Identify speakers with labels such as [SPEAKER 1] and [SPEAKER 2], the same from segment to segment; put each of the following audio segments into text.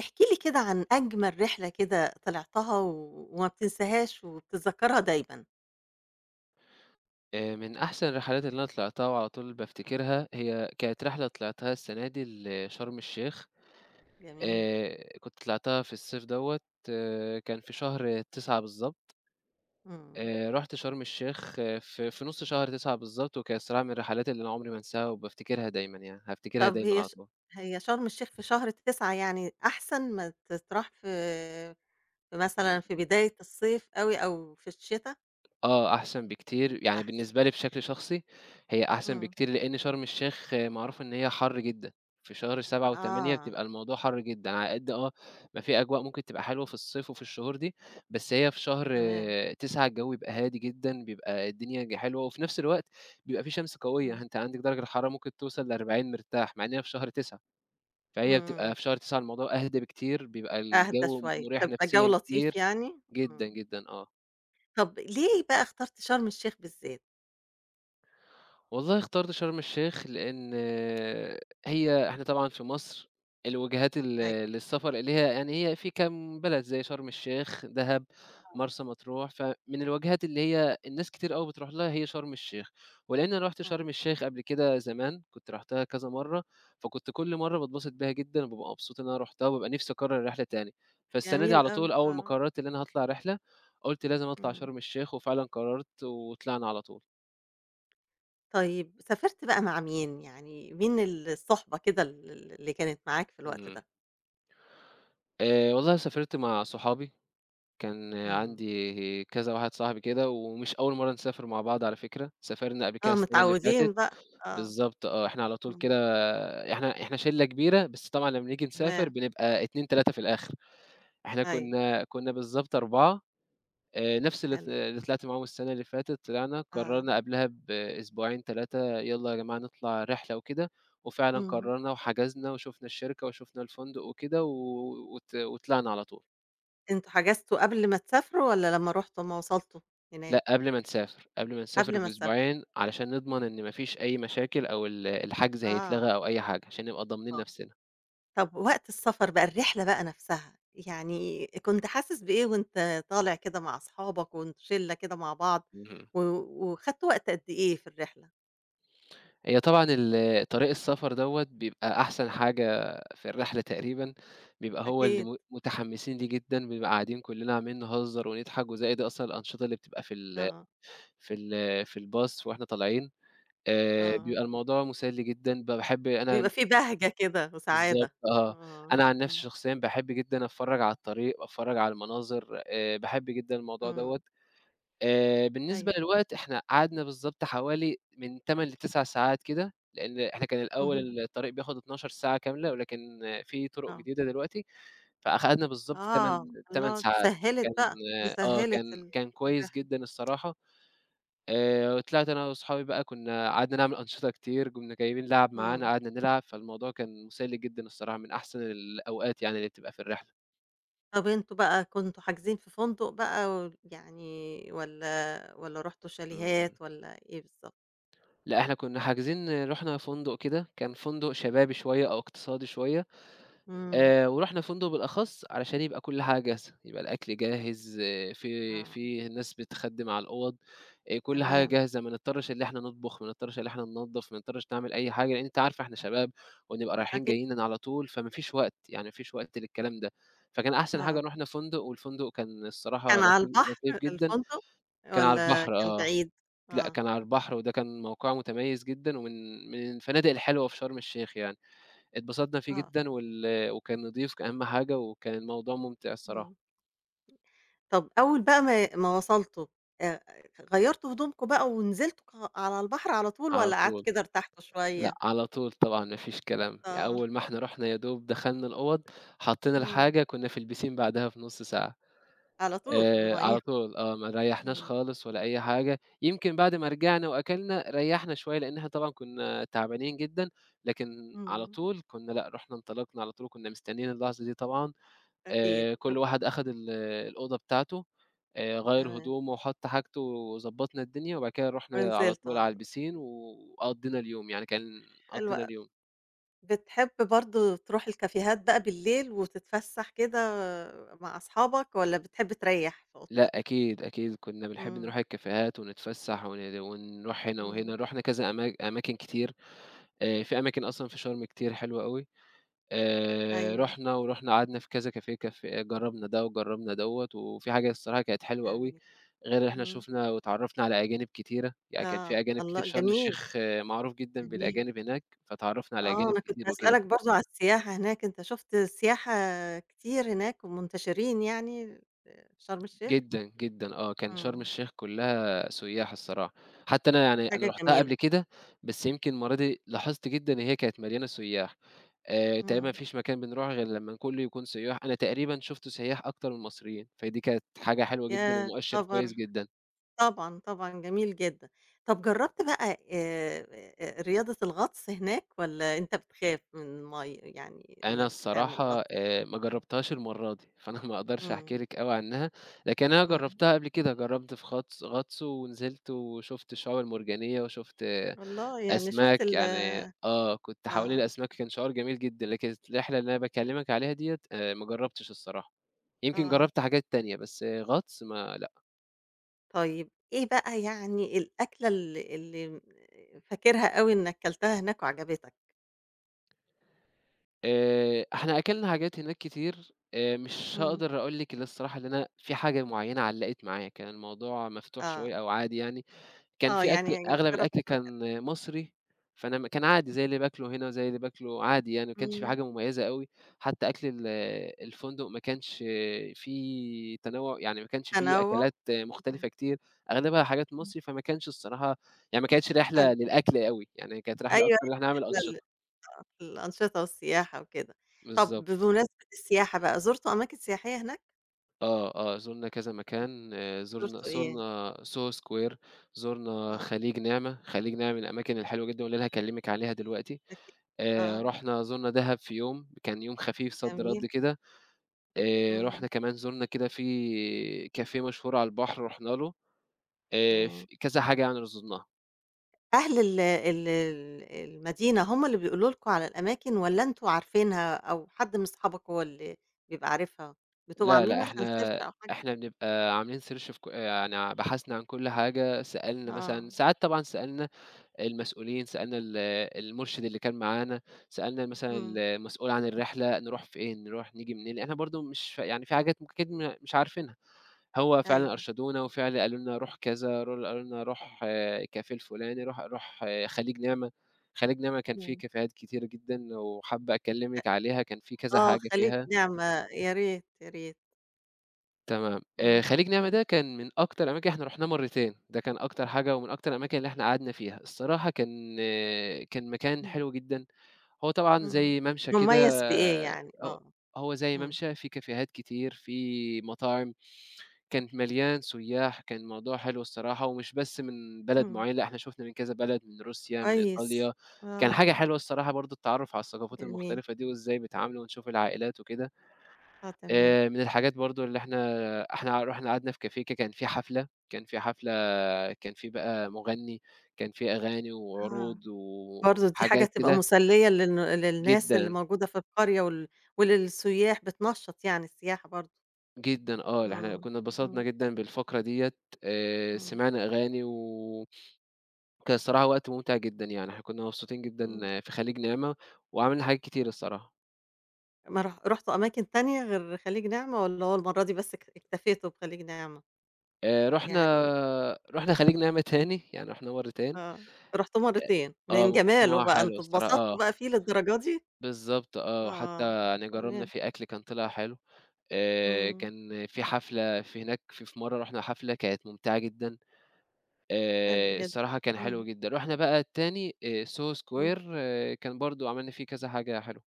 [SPEAKER 1] احكِ لي كده عن أجمل رحلة كده طلعتها و وما بتنساهاش وبتتذكّرها دايمًا.
[SPEAKER 2] من أحسن الرحلات اللي أنا طلعتها وعلى طول بافتكرها، هي كانت رحلة طلعتها السنة دي لشرم الشيخ،
[SPEAKER 1] جميل.
[SPEAKER 2] كنت طلعتها في الصيف دوّة، كان في شهر 9 بالضبط،
[SPEAKER 1] إمم.
[SPEAKER 2] رُحت شرم الشيخ آه، في نُص شهر 9 بالضبط، وكانت الصراحة من الرحلات اللي أنا عمري ما أنساها وبافتكرها دايمًا يعني، هافتكرها
[SPEAKER 1] طب
[SPEAKER 2] دايمًا على طول.
[SPEAKER 1] هي شرم الشيخ في شهر 9 يعني أحسن ما تتراح في
[SPEAKER 2] إمم،
[SPEAKER 1] مثلًا في
[SPEAKER 2] إمم.
[SPEAKER 1] بداية الصيف أوي أو في الشتا؟
[SPEAKER 2] آه، أحسن بكتير، يعني
[SPEAKER 1] أحسن.
[SPEAKER 2] بالنسبة لي بشكل شخصي هي أحسن
[SPEAKER 1] إمم.
[SPEAKER 2] بكتير، لإن شرم الشيخ معروف إن هي حَر جدًا، في شهر 7 و8
[SPEAKER 1] آه،
[SPEAKER 2] بتبقى الموضوع حَر جدًا، على قد ما في أجواء ممكن تبقى حلوة في الصيف وفي الشهور دي، بس هي في شهر
[SPEAKER 1] تمام.
[SPEAKER 2] 9 الجو بيبقى هادي جدًا، بيبقى الدنيا ج حلوة، وفي نفس الوقت بيبقى في شمس
[SPEAKER 1] إمم.
[SPEAKER 2] قوية، أنت عندك درجة الحرارة ممكن توصل ل40 مرتاح، مع إن هي في شهر 9
[SPEAKER 1] إمم،
[SPEAKER 2] فهي
[SPEAKER 1] إمم.
[SPEAKER 2] بتبقى في شهر 9 الموضوع أهدى بكتير، بيبقى
[SPEAKER 1] أهدى
[SPEAKER 2] الجو
[SPEAKER 1] شوية،
[SPEAKER 2] مريح
[SPEAKER 1] فبيبقى الجو
[SPEAKER 2] نفسيًا
[SPEAKER 1] لطيف
[SPEAKER 2] كتير،
[SPEAKER 1] يعني؟ إمم.
[SPEAKER 2] جدًا، جدًا، آه.
[SPEAKER 1] طب ليه بقى اخترت شرم الشيخ بالذات؟
[SPEAKER 2] والله اخترت شرم الشيخ لإن هي إحنا طبعًا في مصر الوجهات
[SPEAKER 1] أيوه.
[SPEAKER 2] للسفر اللي هي يعني هي في كام بلد زي شرم الشيخ، دهب، مرسى مطروح، فمن الوجهات اللي هي الناس كتير أوي بتروح لها هي شرم الشيخ، ولإن أنا رُحت
[SPEAKER 1] آه.
[SPEAKER 2] شرم الشيخ قبل كده زمان، كنت رُحتها كذا مرّة، فكنت كل مرّة باتبسط بيها جدًا وبابقى مبسوط إن أنا رُحتها وبابقى نفسي أكرر الرحلة تاني، فالسنة دي
[SPEAKER 1] جميل
[SPEAKER 2] على
[SPEAKER 1] أوي،
[SPEAKER 2] طول أول ما
[SPEAKER 1] آه.
[SPEAKER 2] قررت إن أنا هاطلع رحلة، قُلت لازم أطلع
[SPEAKER 1] إمم.
[SPEAKER 2] شرم الشيخ وفعلًا قررت وطلعنا على طول.
[SPEAKER 1] طيب سافرت بقى مع مين؟ يعني مين الصُحبة كده ال ال اللي كانت معاك في الوقت
[SPEAKER 2] إمم.
[SPEAKER 1] ده؟
[SPEAKER 2] والله سافرت مع صحابي، كان
[SPEAKER 1] إمم.
[SPEAKER 2] عندي كذا واحد صاحبي كده، ومش أول مرّة نسافر مع بعض على فكرة، سافرنا قبل كده
[SPEAKER 1] آه،
[SPEAKER 2] السنة اللي فاتت،
[SPEAKER 1] متعوّدين بقى، آه.
[SPEAKER 2] بالضبط آه، إحنا على طول كده
[SPEAKER 1] اهم.
[SPEAKER 2] إحنا شِلّة كبيرة، بس طبعًا لمّا نيجي نسافر
[SPEAKER 1] تمام،
[SPEAKER 2] بنبقى 2، 3 في الآخر، إحنا
[SPEAKER 1] أيوه،
[SPEAKER 2] كنا بالضبط 4 نفس اللي ط
[SPEAKER 1] حلو.
[SPEAKER 2] اللي طلعت معاهم السنة اللي فاتت،
[SPEAKER 1] آه.
[SPEAKER 2] قررنا قبلها بأسبوعين 3 يالّا يا جماعة نطلع رحلة وكده، وفعلًا
[SPEAKER 1] إمم.
[SPEAKER 2] قررنا وحجزنا وشُفنا الشركة وشُفنا الفندق وكده و وط وطلعنا على طول.
[SPEAKER 1] أنتم حجزتوا قبل ما تسافروا والّا لمّا رُحتوا أمّا وصلتوا
[SPEAKER 2] لأ،
[SPEAKER 1] هناك؟
[SPEAKER 2] قبل ما نسافر، قبل ما
[SPEAKER 1] قبل
[SPEAKER 2] نسافر
[SPEAKER 1] ما تسافروا.
[SPEAKER 2] بأسبوعين علشان نضمن إن ما فيش أي مشاكل أو الحجز
[SPEAKER 1] آه،
[SPEAKER 2] هيتلغى أو أي حاجة، عشان نبقى ضامنين
[SPEAKER 1] آه.
[SPEAKER 2] نفسنا.
[SPEAKER 1] طب وقت السفر بقى، الرحلة بقى نفسها، يعني كنت حاسس بإيه وأنت طالع كده مع أصحابك وأنتم شِلّة كده مع بعض
[SPEAKER 2] اهم.
[SPEAKER 1] و وخدتوا وقت قد إيه في الرحلة؟
[SPEAKER 2] هي طبعًا طريق السفر دوّة بيبقى أحسن حاجة في الرحلة تقريبًا، بيبقى هو اللي
[SPEAKER 1] أكيد.
[SPEAKER 2] متحمسين ليه جدًا، بنبقى قاعدين كلنا عمالين نهزر ونضحك، وزائد أصلًا الأنشطة اللي بتبقى
[SPEAKER 1] آه،
[SPEAKER 2] في الباص وإحنا طالعين،
[SPEAKER 1] آه.
[SPEAKER 2] بيبقى الموضوع مسلي جدًا، باحب أنا
[SPEAKER 1] بيبقى في بهجة كده
[SPEAKER 2] بالضبط
[SPEAKER 1] وسعادة.
[SPEAKER 2] آه.
[SPEAKER 1] آه،
[SPEAKER 2] أنا عن نفسي
[SPEAKER 1] إمم،
[SPEAKER 2] شخصيًا باحب جدًا أتفرّج على الطريق، وأتفرّج على المناظر، باحب جدًا الموضوع
[SPEAKER 1] إمم،
[SPEAKER 2] دوّة. بالنسبة
[SPEAKER 1] أيوه،
[SPEAKER 2] للوقت، إحنا قعدنا بالضبط حوالي من 8 ل9 ساعات كده، لإن إحنا كان
[SPEAKER 1] اهم،
[SPEAKER 2] الأول الطريق بياخد 12 ساعة كاملة، ولكن في طُرُق
[SPEAKER 1] آه،
[SPEAKER 2] جديدة دلوقتي، فأخدنا بالضبط
[SPEAKER 1] آه، الله!
[SPEAKER 2] 8
[SPEAKER 1] دي
[SPEAKER 2] ساعات.
[SPEAKER 1] سهّلِت
[SPEAKER 2] كان
[SPEAKER 1] بقى، دي
[SPEAKER 2] آه، كان
[SPEAKER 1] سهّلِت ال
[SPEAKER 2] كان كويس
[SPEAKER 1] الرحلة،
[SPEAKER 2] جدًا الصراحة. طلعت أنا وأصحابي بقى كنا قعدنا نعمل أنشطة كتير، قمنا جايبين لعَب معانا
[SPEAKER 1] إمم.
[SPEAKER 2] قعدنا نلعب، فالموضوع كان مسلي جدًا الصراحة، من أحسن الأوقات يعني اللي بتبقى في الرحلة.
[SPEAKER 1] طَب أنتم بقى كنتم حاجزين في فندق بقى و يعني والّا رُحتوا
[SPEAKER 2] إمم، إمم.
[SPEAKER 1] شاليهات والّا إيه بالضبط؟
[SPEAKER 2] لأ، إحنا كنا حاجزين رُحنا فندق كده، كان فندق شبابي شوية أو اقتصادي شوية.
[SPEAKER 1] إمم،
[SPEAKER 2] ورُحنا فندق بالأخص علشان يبقى كل حاجة جاهزة، يبقى الأكل جاهز، آه، في
[SPEAKER 1] آه،
[SPEAKER 2] في ناس بتخدِّم على الأوَض، كل حاجة
[SPEAKER 1] تمام،
[SPEAKER 2] جاهزة، ما نضطرش إن إحنا نطبخ، ما نضطرش إن إحنا ننضّف، ما نضطرش نعمل أي حاجة، لإن أنت عارف إحنا شباب ونبقى رايحين
[SPEAKER 1] أكيد
[SPEAKER 2] جايين على طول، فما فيش وقت، يعني ما فيش وقت للكلام ده. فكان أحسن
[SPEAKER 1] آه،
[SPEAKER 2] حاجة رُحنا فندق، والفندق كان الصراحة
[SPEAKER 1] كان على
[SPEAKER 2] لطيف لطيف
[SPEAKER 1] البحر
[SPEAKER 2] جدًا،
[SPEAKER 1] الفندق
[SPEAKER 2] كان على
[SPEAKER 1] والّا
[SPEAKER 2] البحر
[SPEAKER 1] كان
[SPEAKER 2] آه،
[SPEAKER 1] بعيد؟
[SPEAKER 2] لأ
[SPEAKER 1] آه،
[SPEAKER 2] كان على البحر، وده كان موقعه متميز جدًا، ومن الفنادق الحلوة في شرم الشيخ يعني. اتبسطنا فيه
[SPEAKER 1] آه،
[SPEAKER 2] جدًا وكان نضيف أهم حاجة، وكان الموضوع ممتع
[SPEAKER 1] إمم.
[SPEAKER 2] الصراحة،
[SPEAKER 1] طب أول بقى ما وصلتوا، آآ غيّرتوا هدومكم بقى ونزلتوا على البحر على طول
[SPEAKER 2] على
[SPEAKER 1] والّا قعدتوا
[SPEAKER 2] طول،
[SPEAKER 1] كده ارتحتوا
[SPEAKER 2] لأ
[SPEAKER 1] شوية؟
[SPEAKER 2] على طول طبعًا ما فيش كلام، يعني
[SPEAKER 1] آه،
[SPEAKER 2] أول ما إحنا رُحنا يا دوب دخلنا الأوَّض، حطينا
[SPEAKER 1] إمم،
[SPEAKER 2] الحاجة كنا في البيسين بعدها بنُص ساعة،
[SPEAKER 1] على طول في المَيّة،
[SPEAKER 2] على طول آه، ما ريّحناش
[SPEAKER 1] إمم،
[SPEAKER 2] خالص ولا أي حاجة، يمكن بعد ما رجعنا وأكلنا ريّحنا شوية لإن إحنا طبعًا كنا تعبانين جدًا، لكن على
[SPEAKER 1] إمم،
[SPEAKER 2] طول كنا لأ، رُحنا انطلقنا على طول، وكنا مستنيين اللحظة دي طبعًا،
[SPEAKER 1] أكيد،
[SPEAKER 2] كل واحد أخد الأوضة بتاعته
[SPEAKER 1] و
[SPEAKER 2] غيّر
[SPEAKER 1] تمام،
[SPEAKER 2] هدومه وحط حاجته وضبّطنا الدنيا، وبعد كده رُحنا على
[SPEAKER 1] ونزلتوا
[SPEAKER 2] طول
[SPEAKER 1] على
[SPEAKER 2] على
[SPEAKER 1] طول،
[SPEAKER 2] البيسين وقضّينا اليوم، يعني كان
[SPEAKER 1] حلو
[SPEAKER 2] قضّينا
[SPEAKER 1] أوي.
[SPEAKER 2] اليوم.
[SPEAKER 1] بتحب برضه تروح الكافيهات بقى بالليل وتتفسح كده مع أصحابك والّا بتحب تريّح في أوضتك؟
[SPEAKER 2] لأ أكيد، أكيد كُنّا بنحب
[SPEAKER 1] إمم،
[SPEAKER 2] نروح الكافيهات ونتفسّح ونروح هنا
[SPEAKER 1] إمم،
[SPEAKER 2] وهنا، رُحنا كذا أماكن كتير، في أماكن أصلًا في شرم كتير حلوة أوي.
[SPEAKER 1] أيوه،
[SPEAKER 2] رُحنا، قعدنا في كذا كافيه جرّبنا ده وجرّبنا دوّة، وفي حاجة الصراحة كانت حلوة أوي،
[SPEAKER 1] جميل،
[SPEAKER 2] غير إن إحنا
[SPEAKER 1] إمم،
[SPEAKER 2] شُفنا واتعرّفنا على أجانب كتيرة، يعني كان في
[SPEAKER 1] آه،
[SPEAKER 2] أجانب
[SPEAKER 1] الله
[SPEAKER 2] كتير شرم
[SPEAKER 1] جميل،
[SPEAKER 2] الشيخ آه، معروف جدًا
[SPEAKER 1] جميل.
[SPEAKER 2] بالأجانب هناك، فتعرّفنا على
[SPEAKER 1] آه،
[SPEAKER 2] أجانب
[SPEAKER 1] أنا كنت
[SPEAKER 2] كتير وكده.
[SPEAKER 1] هاسألك برضه على السياحة هناك، أنت شُفت سياحة كتير هناك ومنتشرين يعني في شرم الشيخ؟
[SPEAKER 2] جدًا، جدًا آه، كان شرم
[SPEAKER 1] إمم،
[SPEAKER 2] الشيخ كلّها سُيّاح الصراحة، حتى أنا يعني أنا
[SPEAKER 1] حاجة
[SPEAKER 2] رُحتها
[SPEAKER 1] جميلة،
[SPEAKER 2] قبل كده، بس يمكن المرّة دي لاحظت جدًا إن هي كانت مليانة سُيّاح، تقريبًا ما
[SPEAKER 1] إمم،
[SPEAKER 2] فيش مكان بنروح غير لمّا كلّه يكون سُيّاح، أنا تقريبًا شُفت سياح أكتر من مصريين، فدي كانت حاجة حلوة جدًا
[SPEAKER 1] ياه
[SPEAKER 2] ومؤشِّر كويس
[SPEAKER 1] خبر!
[SPEAKER 2] جدًا.
[SPEAKER 1] طبعًا، طبعًا جميل جدًا. طب جرّبت بقى رياضة الغطس هناك والّا أنت بتخاف من المَيّة يعني
[SPEAKER 2] أنا
[SPEAKER 1] إنك تعمل
[SPEAKER 2] الصراحة
[SPEAKER 1] غطس؟
[SPEAKER 2] ما جرّبتهاش المرّة دي، فأنا ما أقدرش
[SPEAKER 1] إمم،
[SPEAKER 2] أحكي لِك أوي عنها، لكن أنا
[SPEAKER 1] إمم،
[SPEAKER 2] جرّبتها قبل كده، جرّبت في غطس ونزلت وشُفت الشعاب المرجانية وشُفت
[SPEAKER 1] والله يعني شُفت
[SPEAKER 2] أسماك،
[SPEAKER 1] ال
[SPEAKER 2] يعني كنت حوالين
[SPEAKER 1] آه،
[SPEAKER 2] الأسماك كان شعور جميل جدًا، لكن الرحلة اللي أنا باكلّمك عليها ديّة ما جرّبتش الصراحة، يمكن
[SPEAKER 1] آه.
[SPEAKER 2] جرّبت حاجات تانية، بس غطس ما لأ.
[SPEAKER 1] طيب إيه بقى يعني الأكلة اللي فاكرها أوي إنك كلتها هناك وعجبتك؟
[SPEAKER 2] إحنا أكلنا حاجات هناك كتير، مش
[SPEAKER 1] إمم.
[SPEAKER 2] هاقدر أقول لِك اللي الصراحة اللي أنا في حاجة معيّنة علّقت معايا، كان الموضوع مفتوح شوية
[SPEAKER 1] آه،
[SPEAKER 2] أو عادي يعني. كان
[SPEAKER 1] آه،
[SPEAKER 2] في أكل
[SPEAKER 1] يعني
[SPEAKER 2] أغلب
[SPEAKER 1] جرّبت
[SPEAKER 2] الأكل
[SPEAKER 1] أك
[SPEAKER 2] كان مصري، فأنا كان عادي زي اللي باكله هنا وزي اللي باكله عادي يعني، ما كانش في
[SPEAKER 1] إمم.
[SPEAKER 2] حاجة مميزة أوي، حتى أكل الفندق ما كانش فيه تنوُّع، يعني ما كانش فيه
[SPEAKER 1] تنوُّع،
[SPEAKER 2] أكلات
[SPEAKER 1] إمم،
[SPEAKER 2] مختلفة كتير، أغلبها حاجات
[SPEAKER 1] إمم.
[SPEAKER 2] مصري، فما كانش الصراحة يعني ما كانتش
[SPEAKER 1] حلو،
[SPEAKER 2] رحلة للأكل أوي، يعني كانت رحلة
[SPEAKER 1] أيوه
[SPEAKER 2] أكتر إن إحنا نعمل
[SPEAKER 1] إحنا
[SPEAKER 2] أنشطة.
[SPEAKER 1] الأنشطة والسياحة وكده. طب
[SPEAKER 2] بالضبط.
[SPEAKER 1] بمناسبة السياحة بقى، زُرتوا أماكن سياحية هناك؟
[SPEAKER 2] آه، آه، زُرنا كذا مكان، زُرنا
[SPEAKER 1] زُرتوا إيه؟
[SPEAKER 2] زُرنا Soho Square، زُرنا
[SPEAKER 1] آه،
[SPEAKER 2] خليج نعمة، خليج نعمة من الأماكن الحلوة جدًا واللي أنا هاكلّمِك عليها دلوقتي.
[SPEAKER 1] أكيد آه،
[SPEAKER 2] رُحنا زُرنا دهب في يوم، كان يوم خفيف صد
[SPEAKER 1] جميل،
[SPEAKER 2] رد كده،
[SPEAKER 1] إمم،
[SPEAKER 2] رُحنا كمان زُرنا كده في كافيه مشهور على البحر رُحنا له، ف
[SPEAKER 1] تمام.
[SPEAKER 2] كذا حاجة يعني زُرناها.
[SPEAKER 1] أهل المدينة هم اللي بيقولوا لكم على الأماكن والّا أنتم عارفينها أو حد من صحابك هو اللي بيبقى عارفها؟ بتبقوا
[SPEAKER 2] لا،
[SPEAKER 1] عاملين
[SPEAKER 2] لأ،
[SPEAKER 1] مثلًا
[SPEAKER 2] إحنا
[SPEAKER 1] search أو حاجة؟
[SPEAKER 2] إحنا بنبقى عاملين search في ك يعني بحثنا عن كل حاجة، سألنا مثلًا
[SPEAKER 1] آه،
[SPEAKER 2] ساعات طبعًا سألنا المسؤولين، سألنا المُرشد اللي كان معانا، سألنا مثلًا
[SPEAKER 1] إمم،
[SPEAKER 2] المسؤول عن الرحلة، نروح فين، نروح نيجي منين، لإن إحنا برضه مش يعني في حاجات ممكن أكيد مش عارفينها. هو فعلًا
[SPEAKER 1] أيوه،
[SPEAKER 2] أرشدونا، وفعلًا قالوا لنا روح كذا، قالوا لنا روح الكافيه الفلاني، روح آه، خليج نعمة، خليج نعمة كان فيه
[SPEAKER 1] إمم،
[SPEAKER 2] كافيهات كتيرة جدًا، وحابة
[SPEAKER 1] أ
[SPEAKER 2] أكلمِك عليها كان في كذا
[SPEAKER 1] آه،
[SPEAKER 2] حاجة
[SPEAKER 1] خليج
[SPEAKER 2] فيها،
[SPEAKER 1] نعمة، يا ريت، يا ريت،
[SPEAKER 2] تمام،
[SPEAKER 1] إمم،
[SPEAKER 2] خليج نعمة
[SPEAKER 1] إمم،
[SPEAKER 2] ده كان من أكتر الأماكن إحنا رُحناه مرتين، ده كان أكتر حاجة ومن أكتر الأماكن اللي إحنا قعدنا فيها، الصراحة كان آه، كان مكان
[SPEAKER 1] إمم،
[SPEAKER 2] حلو جدًا، هو طبعًا
[SPEAKER 1] إمم،
[SPEAKER 2] زي ممشى كده،
[SPEAKER 1] مميز بإيه يعني؟
[SPEAKER 2] ه هو
[SPEAKER 1] آه،
[SPEAKER 2] هو زي
[SPEAKER 1] إمم،
[SPEAKER 2] ممشى فيه كافيهات كتير، فيه مطاعم كان مليان سُيّاح، كان الموضوع حلو الصراحة، ومش بس من بلد
[SPEAKER 1] إمم،
[SPEAKER 2] معيّن، لأ إحنا شُفنا من كذا بلد، من روسيا، من
[SPEAKER 1] كويس،
[SPEAKER 2] إيطاليا، كان حاجة
[SPEAKER 1] آه،
[SPEAKER 2] حلوة الصراحة برضه التعرُّف على الثقافات
[SPEAKER 1] جميل،
[SPEAKER 2] المختلفة دي وإزاي بيتعاملوا ونشوف العائلات وكده.
[SPEAKER 1] آه، تمام،
[SPEAKER 2] من الحاجات برضه اللي إحنا رُحنا قعدنا في كافيه كان في حفلة، كان في بقى مُغنّي، كان في أغاني
[SPEAKER 1] آه.
[SPEAKER 2] وعروض
[SPEAKER 1] برضه دي حاجة
[SPEAKER 2] وحاجات
[SPEAKER 1] تبقى
[SPEAKER 2] كده
[SPEAKER 1] مسلية للناس اللي
[SPEAKER 2] جدًا،
[SPEAKER 1] موجودة في القرية وللسياح، بتنشّط يعني السياحة برضه.
[SPEAKER 2] جدًا آه. إحنا
[SPEAKER 1] إمم،
[SPEAKER 2] كُنّا اتبسطنا
[SPEAKER 1] إمم،
[SPEAKER 2] جدًا بالفقرة ديّة،
[SPEAKER 1] إمم،
[SPEAKER 2] سمعنا أغاني و كان الصراحة وقت ممتع جدًا يعني، إحنا كنا مبسوطين
[SPEAKER 1] إمم.
[SPEAKER 2] جدًا في خليج نعمة، وعملنا حاجات كتير الصراحة.
[SPEAKER 1] ما ر رُحتوا أماكن تانية غير خليج نعمة والّا هو المرّة دي بس اكتفيتوا بخليج نعمة؟
[SPEAKER 2] رُحنا
[SPEAKER 1] يعني
[SPEAKER 2] خليج
[SPEAKER 1] آه،
[SPEAKER 2] نعمة تاني، يعني رُحنا مرتين،
[SPEAKER 1] آه، رُحتوه مرّتين،
[SPEAKER 2] آه
[SPEAKER 1] من
[SPEAKER 2] من كتر ما
[SPEAKER 1] جماله
[SPEAKER 2] هو
[SPEAKER 1] بقى،
[SPEAKER 2] حلو
[SPEAKER 1] أنتم
[SPEAKER 2] الصراحة
[SPEAKER 1] اتبسطتوا
[SPEAKER 2] آه،
[SPEAKER 1] بقى فيه للدرجة دي؟
[SPEAKER 2] بالضبط آه،
[SPEAKER 1] آه،
[SPEAKER 2] حتى يعني جرّبنا
[SPEAKER 1] تمام،
[SPEAKER 2] فيه أكل كان طلع حلو،
[SPEAKER 1] إمم،
[SPEAKER 2] كان في حفلة في هناك في مرة رُحنا حفلة كانت ممتعة جدًا،
[SPEAKER 1] حلو جدًا،
[SPEAKER 2] الصراحة كان
[SPEAKER 1] إمم،
[SPEAKER 2] حلو جدًا. رُحنا بقى التاني Soho
[SPEAKER 1] إمم،
[SPEAKER 2] Square كان برضه عملنا فيه كذا حاجة حلوة.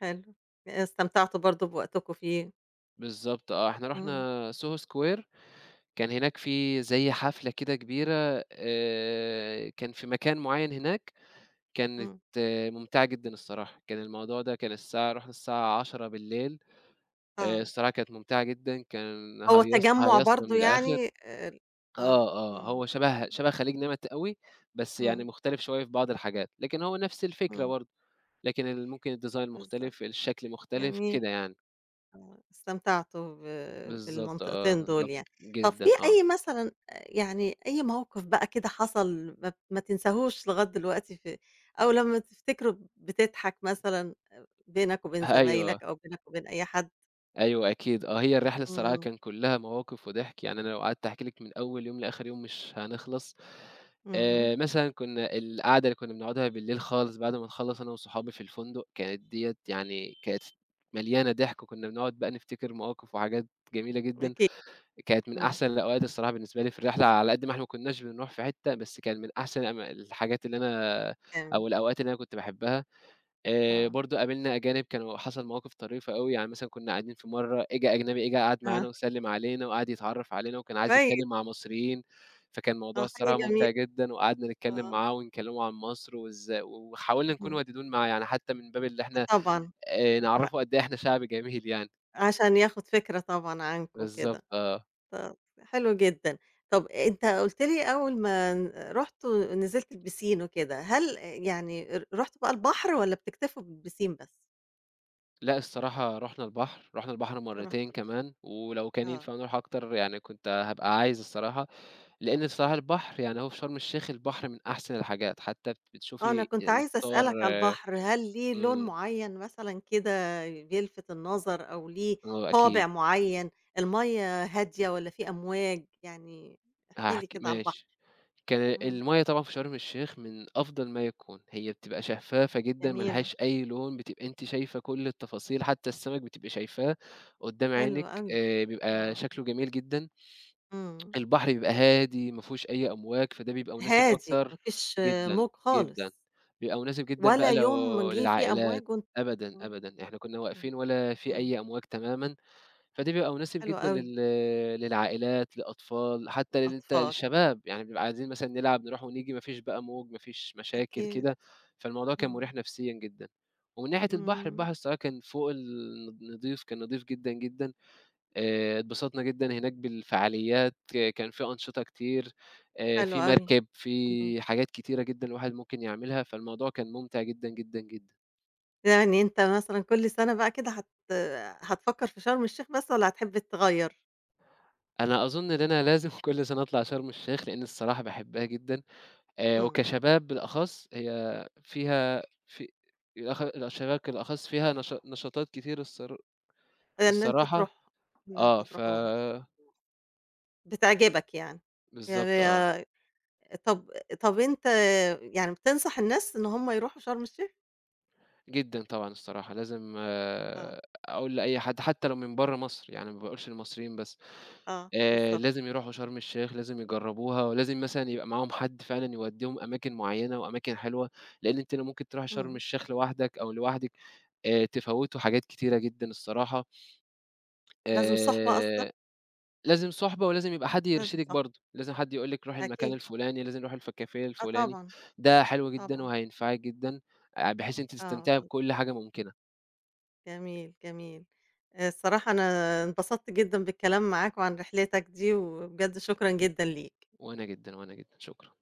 [SPEAKER 1] حلو، استمتعتوا برضه بوقتكم فيه،
[SPEAKER 2] بالضبط آه، إحنا
[SPEAKER 1] إمم،
[SPEAKER 2] رُحنا Soho Square كان هناك في زي حفلة كده كبيرة كان في مكان معيّن هناك، كانت
[SPEAKER 1] إمم،
[SPEAKER 2] آه، ممتعة جدًا الصراحة، كان الموضوع ده كان الساعة رُحنا الساعة 22:00
[SPEAKER 1] آه.
[SPEAKER 2] الصراحة كانت ممتعة جدًا، كان
[SPEAKER 1] هو
[SPEAKER 2] هيصنا
[SPEAKER 1] تجمُّع
[SPEAKER 2] هيصنا
[SPEAKER 1] برضه
[SPEAKER 2] من الآخر
[SPEAKER 1] يعني ال آه،
[SPEAKER 2] آه، آه،
[SPEAKER 1] إمم،
[SPEAKER 2] هو شبه شبه خليج نعمة أوي، بس يعني
[SPEAKER 1] إمم،
[SPEAKER 2] مختلف شوية في بعض الحاجات، لكن هو نفس الفكرة
[SPEAKER 1] إمم،
[SPEAKER 2] برضه، لكن ال ممكن الdesign
[SPEAKER 1] بالضبط،
[SPEAKER 2] مختلف، الشكل مختلف،
[SPEAKER 1] جميل،
[SPEAKER 2] كده يعني.
[SPEAKER 1] استمتعتوا ب
[SPEAKER 2] بالضبط آه،
[SPEAKER 1] بالمنطقتين دول
[SPEAKER 2] بالضبط
[SPEAKER 1] يعني. طَب في
[SPEAKER 2] جدًا آه،
[SPEAKER 1] أي مثلًا يعني أي موقف بقى كده حصل ما تنساهوش لغاية دلوقتي في أو لمّا تفتكره بتضحك مثلًا بينك وبين
[SPEAKER 2] أيوه.
[SPEAKER 1] زمايلك أو بينك وبين أي حد؟
[SPEAKER 2] أيوه أكيد، آه، هي الرحلة الصراحة
[SPEAKER 1] إمم،
[SPEAKER 2] كان كلّها مواقف وضحك، يعني أنا لو قعدت أحكي لِك من أول يوم لآخر يوم مش هنخلص.
[SPEAKER 1] إمم،
[SPEAKER 2] مثلًا كنا القعدة اللي كنا بنقعدها بالليل خالص بعد ما نخلّص أنا وصحابي في الفندق، كانت ديّة يعني كانت مليانة ضحك، وكنا بنقعد بقى نفتكر مواقف وحاجات جميلة جدًا،
[SPEAKER 1] أكيد،
[SPEAKER 2] كانت من
[SPEAKER 1] إمم،
[SPEAKER 2] أحسن الأوقات الصراحة بالنسبة لي في الرحلة، على قد ما إحنا ما كناش بنروح في حتة، بس كان من أحسن الأم الحاجات اللي أنا
[SPEAKER 1] تمام،
[SPEAKER 2] أو الأوقات اللي أنا كنت باحبها.
[SPEAKER 1] آه،
[SPEAKER 2] برضه قابلنا أجانب كانوا حصل مواقف طريفة أوي، يعني مثلًا كُنّا قاعدين في مرّة إجا أجنبي قعد
[SPEAKER 1] آه،
[SPEAKER 2] معانا وسلِّم علينا وقعد يتعرّف علينا وكان عايز
[SPEAKER 1] كويس،
[SPEAKER 2] يتكلّم مع مصريين، فكان الموضوع
[SPEAKER 1] آه، حاجة
[SPEAKER 2] الصراحة
[SPEAKER 1] جميلة،
[SPEAKER 2] ممتع جدًا وقعدنا نتكلّم
[SPEAKER 1] آه،
[SPEAKER 2] معاه ونكلّمه عن مصر وحاولنا نكون
[SPEAKER 1] إمم،
[SPEAKER 2] ودودين معاه، يعني حتّى من باب اللي
[SPEAKER 1] آه
[SPEAKER 2] إحنا
[SPEAKER 1] طبعًا، أ
[SPEAKER 2] نعرّفه قد إيه إحنا شعب جميل يعني.
[SPEAKER 1] عشان ياخد فكرة طبعًا عنكم وكده،
[SPEAKER 2] بالضبط آه.
[SPEAKER 1] طب حلو جدًا. طب أنت قُلت لي أول ما رُحتوا نزلت البيسين وكده، هل يعني رُحتوا بقى البحر والّا بتكتفوا بالبيسين بس؟
[SPEAKER 2] لأ الصراحة رُحنا البحر، رُحنا البحر مرّتين
[SPEAKER 1] رُحتوا البحر،
[SPEAKER 2] كمان ولو كان
[SPEAKER 1] آه.
[SPEAKER 2] ينفع نروح أكتر يعني كنت هابقى عايز الصراحة. لإن بصراحة البحر يعني هو في شرم الشيخ البحر من أحسن الحاجات، حتى
[SPEAKER 1] آه، أنا
[SPEAKER 2] بتشوفي
[SPEAKER 1] كنت عايزة
[SPEAKER 2] الصور
[SPEAKER 1] أسألك على البحر، هل ليه لون
[SPEAKER 2] إمم،
[SPEAKER 1] معيّن مثلًا كده بيلفت النظر أو ليه
[SPEAKER 2] آه أكيد،
[SPEAKER 1] طابع معيّن، المَيّة هادية والّا في أمواج؟ يعني احكِ لي
[SPEAKER 2] هاحكي
[SPEAKER 1] كده على البحر.
[SPEAKER 2] ماشي. كان
[SPEAKER 1] إمم،
[SPEAKER 2] المَيّة طبعًا في شرم الشيخ من أفضل ما يكون، هي بتبقى شفافة جدًا ما
[SPEAKER 1] جميلة،
[SPEAKER 2] لهاش أي لون، بتبقى أنتِ شايفة كل التفاصيل، حتى السمك بتبقي شايفاه قدّام
[SPEAKER 1] حلو
[SPEAKER 2] عينِك،
[SPEAKER 1] أوي.
[SPEAKER 2] بيبقى
[SPEAKER 1] آه،
[SPEAKER 2] شكله جميل جدًا.
[SPEAKER 1] إمم.
[SPEAKER 2] البحر بيبقى هادي، ما فيهوش أي أمواج، فده بيبقى مناسب
[SPEAKER 1] هادي، ما
[SPEAKER 2] أكتر
[SPEAKER 1] فيش
[SPEAKER 2] جدًا،
[SPEAKER 1] موج
[SPEAKER 2] جدًا،
[SPEAKER 1] خالص،
[SPEAKER 2] بيبقى مناسب جدًا
[SPEAKER 1] ولا
[SPEAKER 2] بقى لو
[SPEAKER 1] يوم جِه فيه
[SPEAKER 2] للعائلات،
[SPEAKER 1] أمواج وأنت
[SPEAKER 2] أبدًا،
[SPEAKER 1] إمم،
[SPEAKER 2] أبدًا، إحنا كنا
[SPEAKER 1] إمم،
[SPEAKER 2] واقفين ولا في
[SPEAKER 1] إمم،
[SPEAKER 2] أي أمواج تمامًا، فده بيبقى مناسب
[SPEAKER 1] حلو
[SPEAKER 2] جدًا
[SPEAKER 1] أوي،
[SPEAKER 2] للعائلات، لأطفال، حتى لل ت
[SPEAKER 1] الأطفال
[SPEAKER 2] للشباب، يعني بنبقى عايزين مثلًا نلعب، نروح ونيجي، ما فيش بقى موج، ما فيش مشاكل
[SPEAKER 1] أكيد،
[SPEAKER 2] كده، فالموضوع كان
[SPEAKER 1] إمم،
[SPEAKER 2] مريح نفسيًا جدًا. ومن ناحية البحر،
[SPEAKER 1] إمم،
[SPEAKER 2] البحر الصراحة كان فوق نضيف، كان نضيف جدًا، جدًا. اتبسطنا جدًا هناك بالفعاليات، آه، كان في أنشطة كتير،
[SPEAKER 1] حلو
[SPEAKER 2] في
[SPEAKER 1] أوي،
[SPEAKER 2] مركب، في
[SPEAKER 1] إمم،
[SPEAKER 2] حاجات كتيرة جدًا الواحد ممكن يعملها، فالموضوع كان ممتع جدًا، جدًا، جدًا.
[SPEAKER 1] يعني أنت مثلًا كل سَنة بقى كده هتفكّر في شرم الشيخ بس والّا هتحب تغيّر؟
[SPEAKER 2] أنا أظن إن أنا لازم كل سنة أطلع شرم الشيخ، لإن الصراحة باحبها جدًا،
[SPEAKER 1] إمم،
[SPEAKER 2] وكشباب بالأخص هي فيها في الأخ الشباب بالأخص فيها نشاطات كتير
[SPEAKER 1] إن أنتم
[SPEAKER 2] الصراحة
[SPEAKER 1] تروحوا إن
[SPEAKER 2] آه،
[SPEAKER 1] أنتم تروحوها، بتعجبك يعني،
[SPEAKER 2] بالضبط آه.
[SPEAKER 1] يعني طَب طَب أنت يعني بتنصح الناس إن هُم يروحوا شرم الشيخ؟
[SPEAKER 2] جدًا طبعًا الصراحة، لازم
[SPEAKER 1] آه،
[SPEAKER 2] أقول لأي حد حتى لو من برّه مصر، يعني ما باقولش للمصريين بس،
[SPEAKER 1] آه، بالضبط،
[SPEAKER 2] لازم يروحوا شرم الشيخ، لازم يجربوها، ولازم مثلًا يبقى معاهم حد فعلًا يوديهم أماكن معيّنة وأماكن حلوة، لإن أنتِ لو ممكن تروحي شرم
[SPEAKER 1] إمم،
[SPEAKER 2] الشيخ لوحدك أو لوحدِك تفوّتوا حاجات كتيرة جدًا الصراحة،
[SPEAKER 1] لازم صُحبة قصدك؟
[SPEAKER 2] آآ لازم صُحبة ولازم يبقى حد
[SPEAKER 1] لازم
[SPEAKER 2] يرشدِك
[SPEAKER 1] صح،
[SPEAKER 2] برضه، لازم حد يقول لِك روحي المكان
[SPEAKER 1] أكيد.
[SPEAKER 2] الفلاني، لازم روحي الكافيه
[SPEAKER 1] آه
[SPEAKER 2] الفلاني،
[SPEAKER 1] طبعًا،
[SPEAKER 2] ده حلو جدًا
[SPEAKER 1] طبعًا.
[SPEAKER 2] وهينفعِك جدًا، بحيث أنتِ
[SPEAKER 1] آه
[SPEAKER 2] تستمتعي
[SPEAKER 1] طبعًا.
[SPEAKER 2] بكل حاجة ممكنة.
[SPEAKER 1] جميل، جميل. الصراحة أنا انبسطت جدًا بالكلام معاك وعن رحلتك دي، وبجد شكرًا جدًا ليك.
[SPEAKER 2] وأنا جدًا، وأنا جدًا، شكرًا.